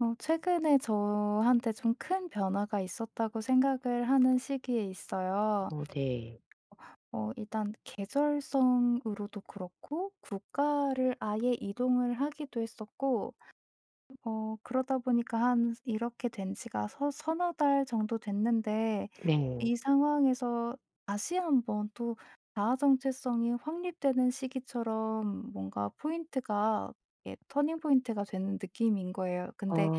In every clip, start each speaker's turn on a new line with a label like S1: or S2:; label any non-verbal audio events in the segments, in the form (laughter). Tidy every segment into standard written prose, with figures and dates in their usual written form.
S1: 최근에 저한테 좀 큰 변화가 있었다고 생각을 하는 시기에 있어요.
S2: 어. 네.
S1: 일단 계절성으로도 그렇고 국가를 아예 이동을 하기도 했었고 그러다 보니까 한 이렇게 된 지가 서 서너 달 정도 됐는데
S2: 네.
S1: 이 상황에서 다시 한번 또 자아 정체성이 확립되는 시기처럼 뭔가 포인트가 예 터닝 포인트가 되는 느낌인 거예요.
S2: 어.
S1: 근데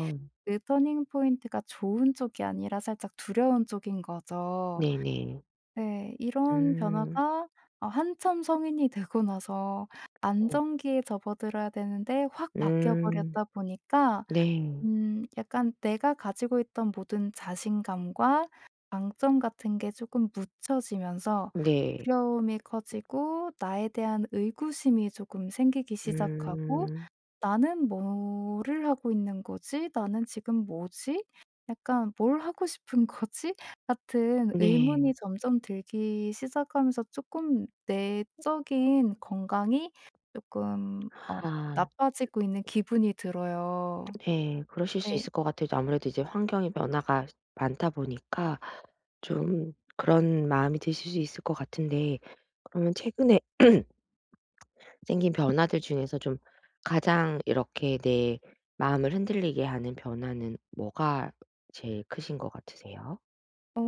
S1: 그 터닝 포인트가 좋은 쪽이 아니라 살짝 두려운 쪽인 거죠.
S2: 네네.
S1: 네. 이런
S2: 음.
S1: 변화가 한참 성인이 되고 나서
S2: 네.
S1: 안정기에 접어들어야 되는데 확 바뀌어
S2: 음.
S1: 버렸다 보니까
S2: 네.
S1: 약간 내가 가지고 있던 모든 자신감과 강점 같은 게 조금 묻혀지면서
S2: 네.
S1: 두려움이 커지고 나에 대한 의구심이 조금 생기기 시작하고
S2: 음.
S1: '나는 뭐를 하고 있는 거지? 나는 지금 뭐지? 약간 뭘 하고 싶은 거지?' (laughs) 같은 의문이
S2: 네.
S1: 점점 들기 시작하면서 조금 내적인 건강이 조금
S2: 아,
S1: 나빠지고 있는 기분이 들어요.
S2: 네. 그러실 수
S1: 네.
S2: 있을 것 같아요. 아무래도 이제 환경의 변화가 많다 보니까 좀 그런 마음이 드실 수 있을 것 같은데, 그러면 최근에 생긴 변화들 중에서 좀 가장 이렇게 내 마음을 흔들리게 하는 변화는 뭐가 제일 크신 것 같으세요?
S1: 어.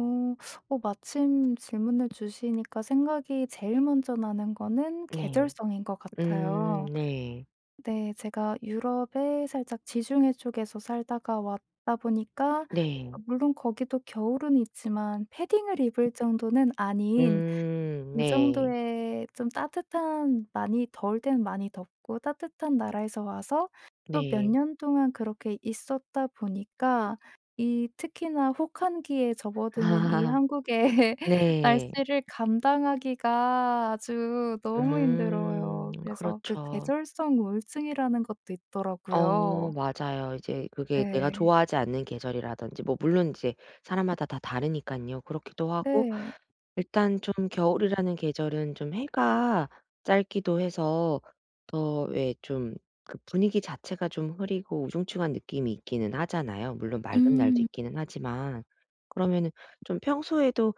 S1: 마침 질문을 주시니까 생각이 제일 먼저 나는 거는
S2: 네.
S1: 계절성인 것
S2: 음,
S1: 같아요.
S2: 네.
S1: 네. 제가 유럽의 살짝 지중해 쪽에서 살다가 왔다 보니까 아
S2: 네.
S1: 물론 거기도 겨울은 있지만 패딩을 입을 정도는 아닌
S2: 음,
S1: 그
S2: 네.
S1: 정도의 좀 따뜻한 많이 더울 때는 많이 덥고 따뜻한 나라에서 와서 또 몇
S2: 네.
S1: 년 동안 그렇게 있었다 보니까 이 특히나 혹한기에
S2: 아,
S1: 접어드는 이
S2: (laughs)
S1: 한국의 (laughs)
S2: 네.
S1: 날씨를 감당하기가 아주 너무
S2: 음.
S1: 힘들어요. 그래서 그
S2: 그렇죠.
S1: 계절성 우울증이라는 것도 있더라고요.
S2: 어, 맞아요. 이제 그게 내가
S1: 네.
S2: 좋아하지 않는 계절이라든지, 뭐 물론 이제 사람마다 다 다르니깐요. 그렇기도 하고
S1: 네.
S2: 일단 좀 겨울이라는 계절은 좀 해가 짧기도 해서 더왜좀그 분위기 자체가 좀 흐리고 우중충한 느낌이 있기는 하잖아요. 물론 맑은 날도
S1: 음.
S2: 있기는 하지만. 그러면은 좀 평소에도,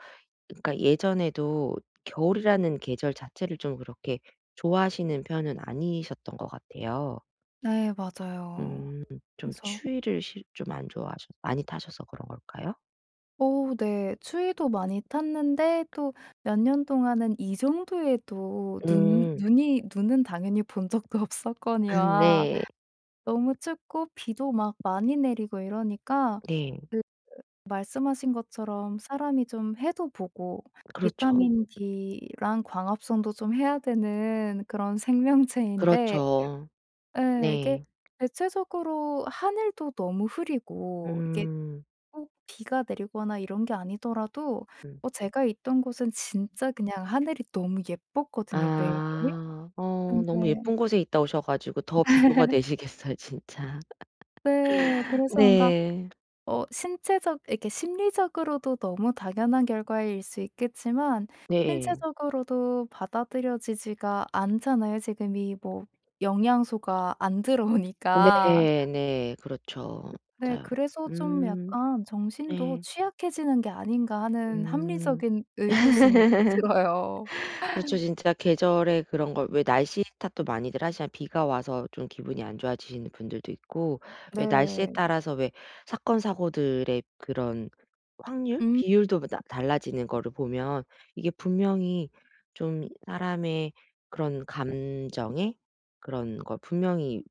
S2: 그러니까 예전에도 겨울이라는 계절 자체를 좀 그렇게 좋아하시는 편은 아니셨던 것 같아요.
S1: 네 맞아요.
S2: 음. 좀
S1: 그래서
S2: 추위를 좀 안 좋아하셔 많이 타셔서 그런 걸까요?
S1: 오, 네. 추위도 많이 탔는데 또 몇 년 동안은 이 정도에도 눈
S2: 음.
S1: 눈이 눈은 당연히 본 적도
S2: (laughs)
S1: 없었거니와
S2: 네.
S1: 너무 춥고 비도 막 많이 내리고 이러니까
S2: 네.
S1: 그 말씀하신 것처럼 사람이 좀 해도 보고
S2: 그렇죠.
S1: 비타민 D랑 광합성도 좀 해야 되는 그런 생명체인데
S2: 그렇죠.
S1: 예 이게
S2: 네.
S1: 대체적으로 하늘도 너무 흐리고 이게
S2: 음.
S1: 꼭 비가 내리거나 이런 게 아니더라도
S2: 음.
S1: 제가 있던 곳은 진짜 그냥 하늘이 너무 예뻤거든요 매일매일.
S2: 아. 너무
S1: 근데
S2: 예쁜 곳에 있다 오셔 가지고 더 비교가 되시겠어요 진짜.
S1: 네
S2: (laughs)
S1: 그래서 뭔가
S2: 네.
S1: 신체적 이렇게 심리적으로도 너무 당연한 결과일 수 있겠지만
S2: 네.
S1: 신체적으로도 받아들여지지가 않잖아요 지금이 뭐 영양소가 안 들어오니까.
S2: 네, 네. 그렇죠.
S1: 네
S2: 맞아요.
S1: 그래서 좀
S2: 음.
S1: 약간 '정신도
S2: 네.
S1: 취약해지는 게 아닌가.' 하는
S2: 음.
S1: 합리적인 의구심이 좀 들어요.
S2: 그렇죠. 진짜 계절의 그런 걸 왜 날씨 탓도 많이들 하시잖아요. 비가 와서 좀 기분이 안 좋아지시는 분들도 있고, 왜 날씨에
S1: 네.
S2: 따라서 왜 사건 사고들의 그런 확률,
S1: 음.
S2: 비율도 다 달라지는 거를 보면 이게 분명히 좀 사람의 그런 감정에 그런 걸 분명히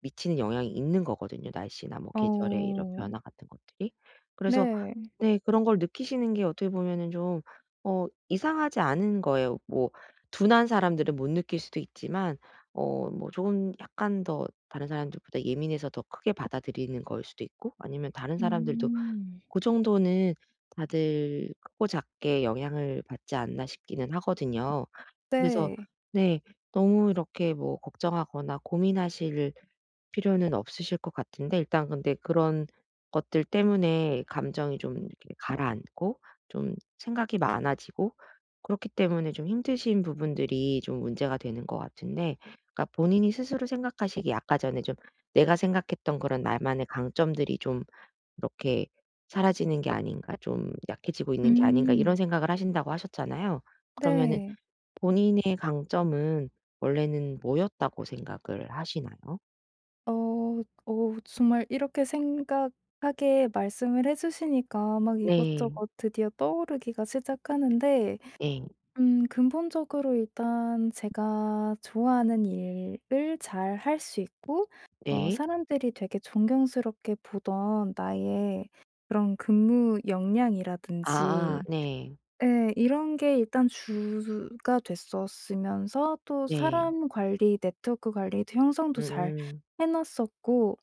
S2: 미치는 영향이 있는 거거든요, 날씨나 뭐 계절의 이런
S1: 어.
S2: 변화 같은 것들이. 그래서
S1: 네.
S2: 네. 그런 걸 느끼시는 게 어떻게 보면은 좀 이상하지 않은 거예요. 뭐 둔한 사람들은 못 느낄 수도 있지만, 뭐 조금 약간 더 다른 사람들보다 예민해서 더 크게 받아들이는 거일 수도 있고, 아니면 다른 사람들도
S1: 음.
S2: 그 정도는 다들 크고 작게 영향을 받지 않나 싶기는 하거든요. 그래서
S1: 네.
S2: 네. 너무 이렇게 뭐 걱정하거나 고민하실 필요는 없으실 것 같은데, 일단 근데 그런 것들 때문에 감정이 좀 이렇게 가라앉고 좀 생각이 많아지고 그렇기 때문에 좀 힘드신 부분들이 좀 문제가 되는 것 같은데, 그러니까 본인이 스스로 생각하시기 아까 전에 좀 내가 생각했던 그런 나만의 강점들이 좀 이렇게 '사라지는 게 아닌가. 좀 약해지고 있는 게 아닌가.'
S1: 음.
S2: 이런 생각을 하신다고 하셨잖아요. 그러면은
S1: 네.
S2: 본인의 강점은 원래는 뭐였다고 생각을 하시나요?
S1: 정말 이렇게 생각하게 말씀을 해 주시니까 막
S2: 네.
S1: 이것저것 드디어 떠오르기가 시작하는데
S2: 네.
S1: 근본적으로 일단 제가 좋아하는 일을 잘 할 수 있고
S2: 네.
S1: 사람들이 되게 존경스럽게 보던 나의 그런 근무 역량이라든지
S2: 아, 네.
S1: 예. 이런 게 일단 주가 됐었으면서 또
S2: 네.
S1: 사람 관리, 네트워크 관리도 형성도 잘
S2: 음음.
S1: 해 놨었고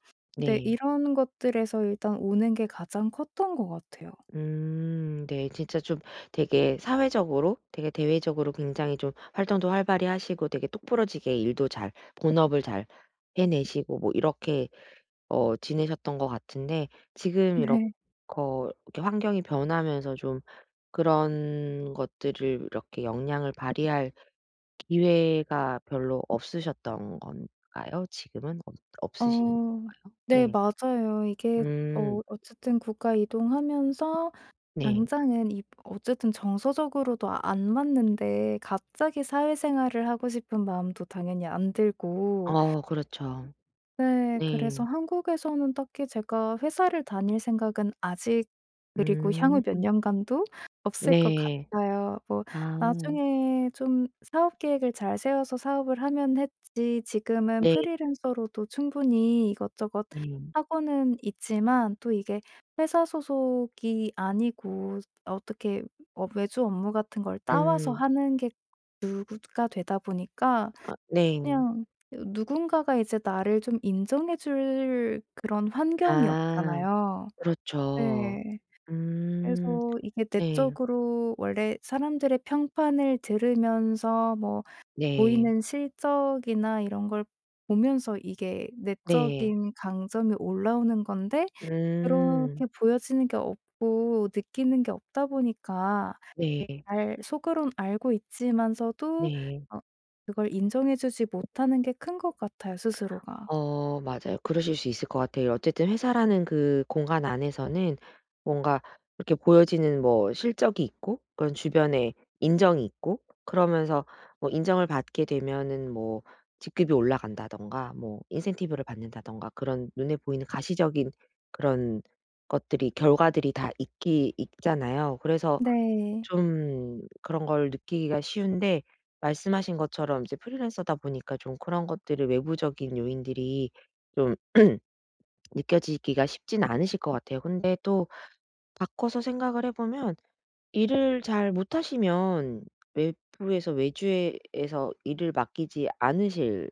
S1: 네
S2: 네.
S1: 이런 것들에서 일단 오는 게 가장 컸던 것 같아요.
S2: 음, 네. 진짜 좀 되게 사회적으로, 되게 대외적으로 굉장히 좀 활동도 활발히 하시고, 되게 똑부러지게 일도 잘, 본업을 잘 해내시고 뭐 이렇게 어 지내셨던 것 같은데, 지금
S1: 네.
S2: 이렇게 환경이 변하면서 좀 그런 것들을 이렇게 영향을 발휘할 기회가 별로 없으셨던 건가요? 지금은 없 없으신
S1: 어
S2: 건가.
S1: 네
S2: 네.
S1: 맞아요. 이게
S2: 음.
S1: 어쨌든 국가 이동하면서
S2: 네.
S1: 당장은 이 어쨌든 정서적으로도 안 맞는데 갑자기 사회생활을 하고 싶은 마음도 당연히 안 들고
S2: 어, 그렇죠.
S1: 네. 그래서
S2: 네.
S1: 한국에서는 딱히 제가 회사를 다닐 생각은 아직 그리고 향후
S2: 음.
S1: 몇 년간도 없을 것
S2: 네.
S1: 같아요. 뭐
S2: 아.
S1: 나중에 좀 사업 계획을 잘 세워서 사업을 하면 했지 지금은
S2: 네.
S1: 프리랜서로도 충분히 이것저것
S2: 네.
S1: 하고는 있지만 또 이게 회사 소속이 아니고 어떻게 외주 업무 같은 걸 따와서
S2: 음.
S1: 하는 게 주가 되다 보니까
S2: 아, 네.
S1: 그냥 누군가가 이제 나를 좀 인정해 줄 그런 환경이
S2: 아.
S1: 없잖아요.
S2: 그렇죠.
S1: 네.
S2: 음.
S1: 그래서 이게
S2: 네.
S1: 내적으로 원래 사람들의 평판을 들으면서 뭐
S2: 네.
S1: 보이는 실적이나 이런 걸 보면서 이게
S2: 네.
S1: 내적인 강점이 올라오는 건데
S2: 음.
S1: 그렇게 보여지는 게 없고 느끼는 게 없다 보니까
S2: 네.
S1: 알 속으론 알고 있지만서도
S2: 네.
S1: 어 그걸 인정해 주지 못하는 게 큰 것 같아요 스스로가.
S2: 어, 맞아요. 그러실 수 있을 것 같아요. 어쨌든 회사라는 그 공간 안에서는 뭔가 이렇게 보여지는 뭐 실적이 있고 그런 주변에 인정이 있고, 그러면서 뭐 인정을 받게 되면은 뭐 직급이 올라간다든가 뭐 인센티브를 받는다든가 그런 눈에 보이는 가시적인 그런 것들이, 결과들이 다 있기, 있잖아요. 그래서
S1: 네.
S2: 좀 그런 걸 느끼기가 쉬운데, 말씀하신 것처럼 이제 프리랜서다 보니까 좀 그런 것들을 외부적인 요인들이 좀 (clears throat) 느껴지기가 쉽진 않으실 것 같아요. 근데 또 바꿔서 생각을 해 보면 일을 잘 못하시면 외부에서 외주에에서 일을 맡기지 않으실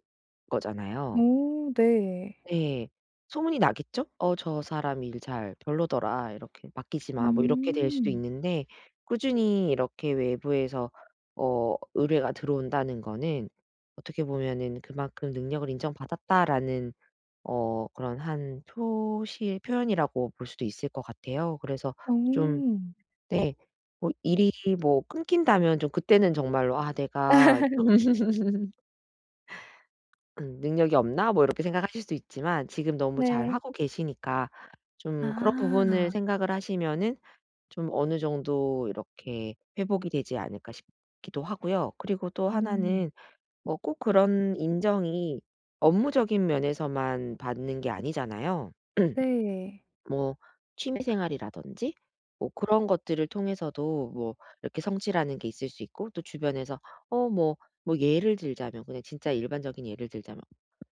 S2: 거잖아요.
S1: 오 네.
S2: 네. 소문이 나겠죠? '어, 저 사람 일 잘 별로더라. 이렇게 맡기지 마.' 뭐 이렇게 될 수도
S1: 음.
S2: 있는데, 꾸준히 이렇게 외부에서 어 의뢰가 들어온다는 거는 어떻게 보면은 '그만큼 능력을 인정받았다.'라는 어 그런 한 표시, 표현이라고 볼 수도 있을 것 같아요. 그래서
S1: 오.
S2: 좀 네. 뭐 일이 뭐 끊긴다면 좀 그때는 정말로 '아, 내가 좀'
S1: (laughs)
S2: '능력이 없나?' 뭐 이렇게 생각하실 수 있지만, 지금 너무, 네,
S1: 네.
S2: 잘하고 계시니까 좀 그런
S1: 아.
S2: 부분을 생각을 하시면은 좀 어느 정도 이렇게 회복이 되지 않을까 싶기도 하고요. 그리고 또
S1: 음.
S2: 하나는 뭐 꼭 그런 인정이 업무적인 면에서만 받는 게 아니잖아요. (clears throat)
S1: 네.
S2: 뭐 취미 생활이라든지 뭐 그런 것들을 통해서도 뭐 이렇게 성취라는 게 있을 수 있고, 또 주변에서 어 뭐 뭐 예를 들자면, 그냥 진짜 일반적인 예를 들자면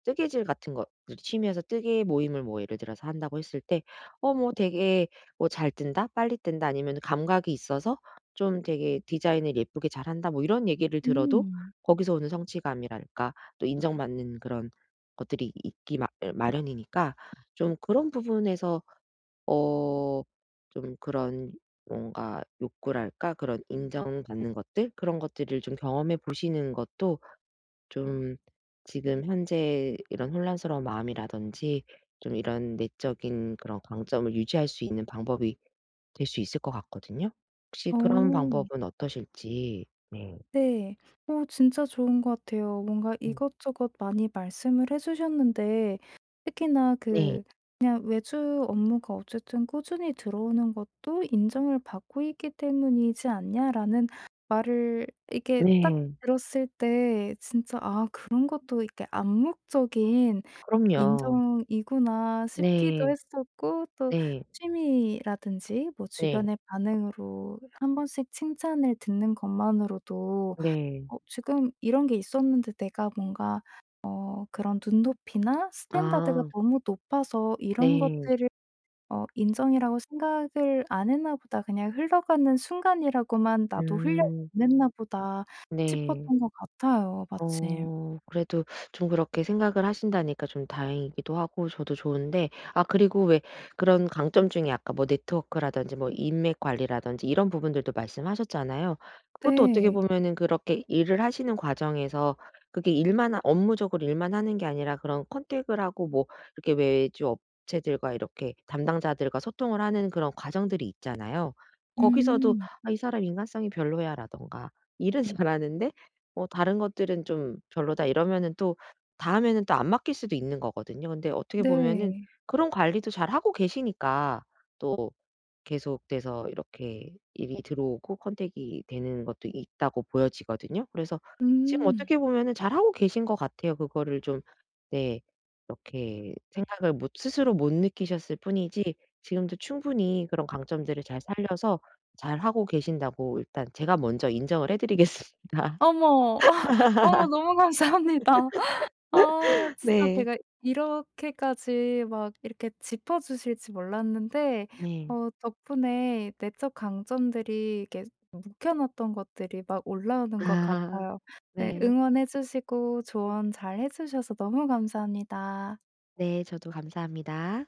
S2: 뜨개질 같은 거, 그 취미여서 뜨개 모임을 뭐 예를 들어서 한다고 했을 때 어 뭐 되게 뭐 '잘 뜬다. 빨리 뜬다.' 아니면 "감각이 있어서 좀 되게 디자인을 예쁘게 잘한다." 뭐 이런 얘기를 들어도
S1: 음.
S2: 거기서 오는 성취감이랄까, 또 인정받는 그런 것들이 있기 마 예 마련이니까, 좀 그런 부분에서 어 좀 그런 뭔가 욕구랄까 그런 인정받는 것들, 그런 것들을 좀 경험해 보시는 것도 좀 지금 현재 이런 혼란스러운 마음이라든지 좀 이런 내적인 그런 강점을 유지할 수 있는 방법이 될 수 있을 것 같거든요. 혹시 그런
S1: 오
S2: 방법은 어떠실지. 네.
S1: 네. 진짜 좋은 것 같아요. 뭔가
S2: 네.
S1: 이것저것 많이 말씀을 해 주셨는데 특히나
S2: 네.
S1: 그 그냥 외주 업무가 어쨌든 꾸준히 들어오는 것도 "인정을 받고 있기 때문이지 않냐?"라는 말을 이게 딱
S2: 네.
S1: 들었을 때 진짜 '아 그런 것도 이렇게 암묵적인
S2: 그럼요.
S1: 인정이구나.' 싶기도
S2: 네.
S1: 했었고 또
S2: 네.
S1: 취미라든지 뭐
S2: 네.
S1: 주변의 반응으로 한 번씩 칭찬을 듣는 것만으로도
S2: 네.
S1: 지금 이런 게 있었는데 내가 뭔가 그런 눈높이나 스탠다드가
S2: 아.
S1: 너무 높아서 이런
S2: 네.
S1: 것들을 인정이라고 생각을 안 했나 보다. 그냥 흘러가는 순간이라고만 나도 흘려
S2: 음.
S1: 보냈나 보다
S2: 네.
S1: 싶었던 것 같아요 마침.
S2: 그래도 좀 그렇게 생각을 하신다니까 좀 다행이기도 하고 저도 좋은데, 아 그리고 왜 그런 강점 중에 아까 뭐 네트워크라든지 뭐 인맥 관리라든지 이런 부분들도 말씀하셨잖아요. 그것도 어떻게
S1: 네.
S2: 보면은 그렇게 일을 하시는 과정에서, 그게 일만 하 업무적으로 일만 하는 게 아니라 그런 컨택을 하고 뭐 이렇게 외주 업체들과 이렇게 담당자들과 소통을 하는 그런 과정들이 있잖아요. 거기서도
S1: 음.
S2: '아, 이 사람 인간성이 별로야.'라든가 '일은 잘하는데 다른 것들은 좀 별로다.' 이러면은 또 다음에는 또 안 맡길 수도 있는 거거든요. 근데 어떻게 보면은
S1: 네.
S2: 그런 관리도 잘하고 계시니까 또 계속돼서 이렇게 일이 들어오고 컨택이 되는 것도 있다고 보여지거든요. 그래서 지금
S1: 음.
S2: 어떻게 보면은 잘하고 계신 것 같아요. 그거를 좀, 네, 이렇게 생각을 못, 스스로 못 느끼셨을 뿐이지 지금도 충분히 그런 강점들을 잘 살려서 잘하고 계신다고 일단 제가 먼저 인정을 해 드리겠습니다.
S1: 어머. (laughs) 어머 너무 감사합니다. 아 진짜
S2: 네.
S1: 제가 이렇게까지 막 이렇게 짚어 주실지 몰랐는데
S2: 네.
S1: 덕분에 내적 강점들이 이렇게 묵혀 놨던 것들이 막 올라오는 것
S2: 아.
S1: 같아요. 네.
S2: 네.
S1: 응원해 주시고 조언 잘해 주셔서 너무 감사합니다.
S2: 네. 저도 감사합니다.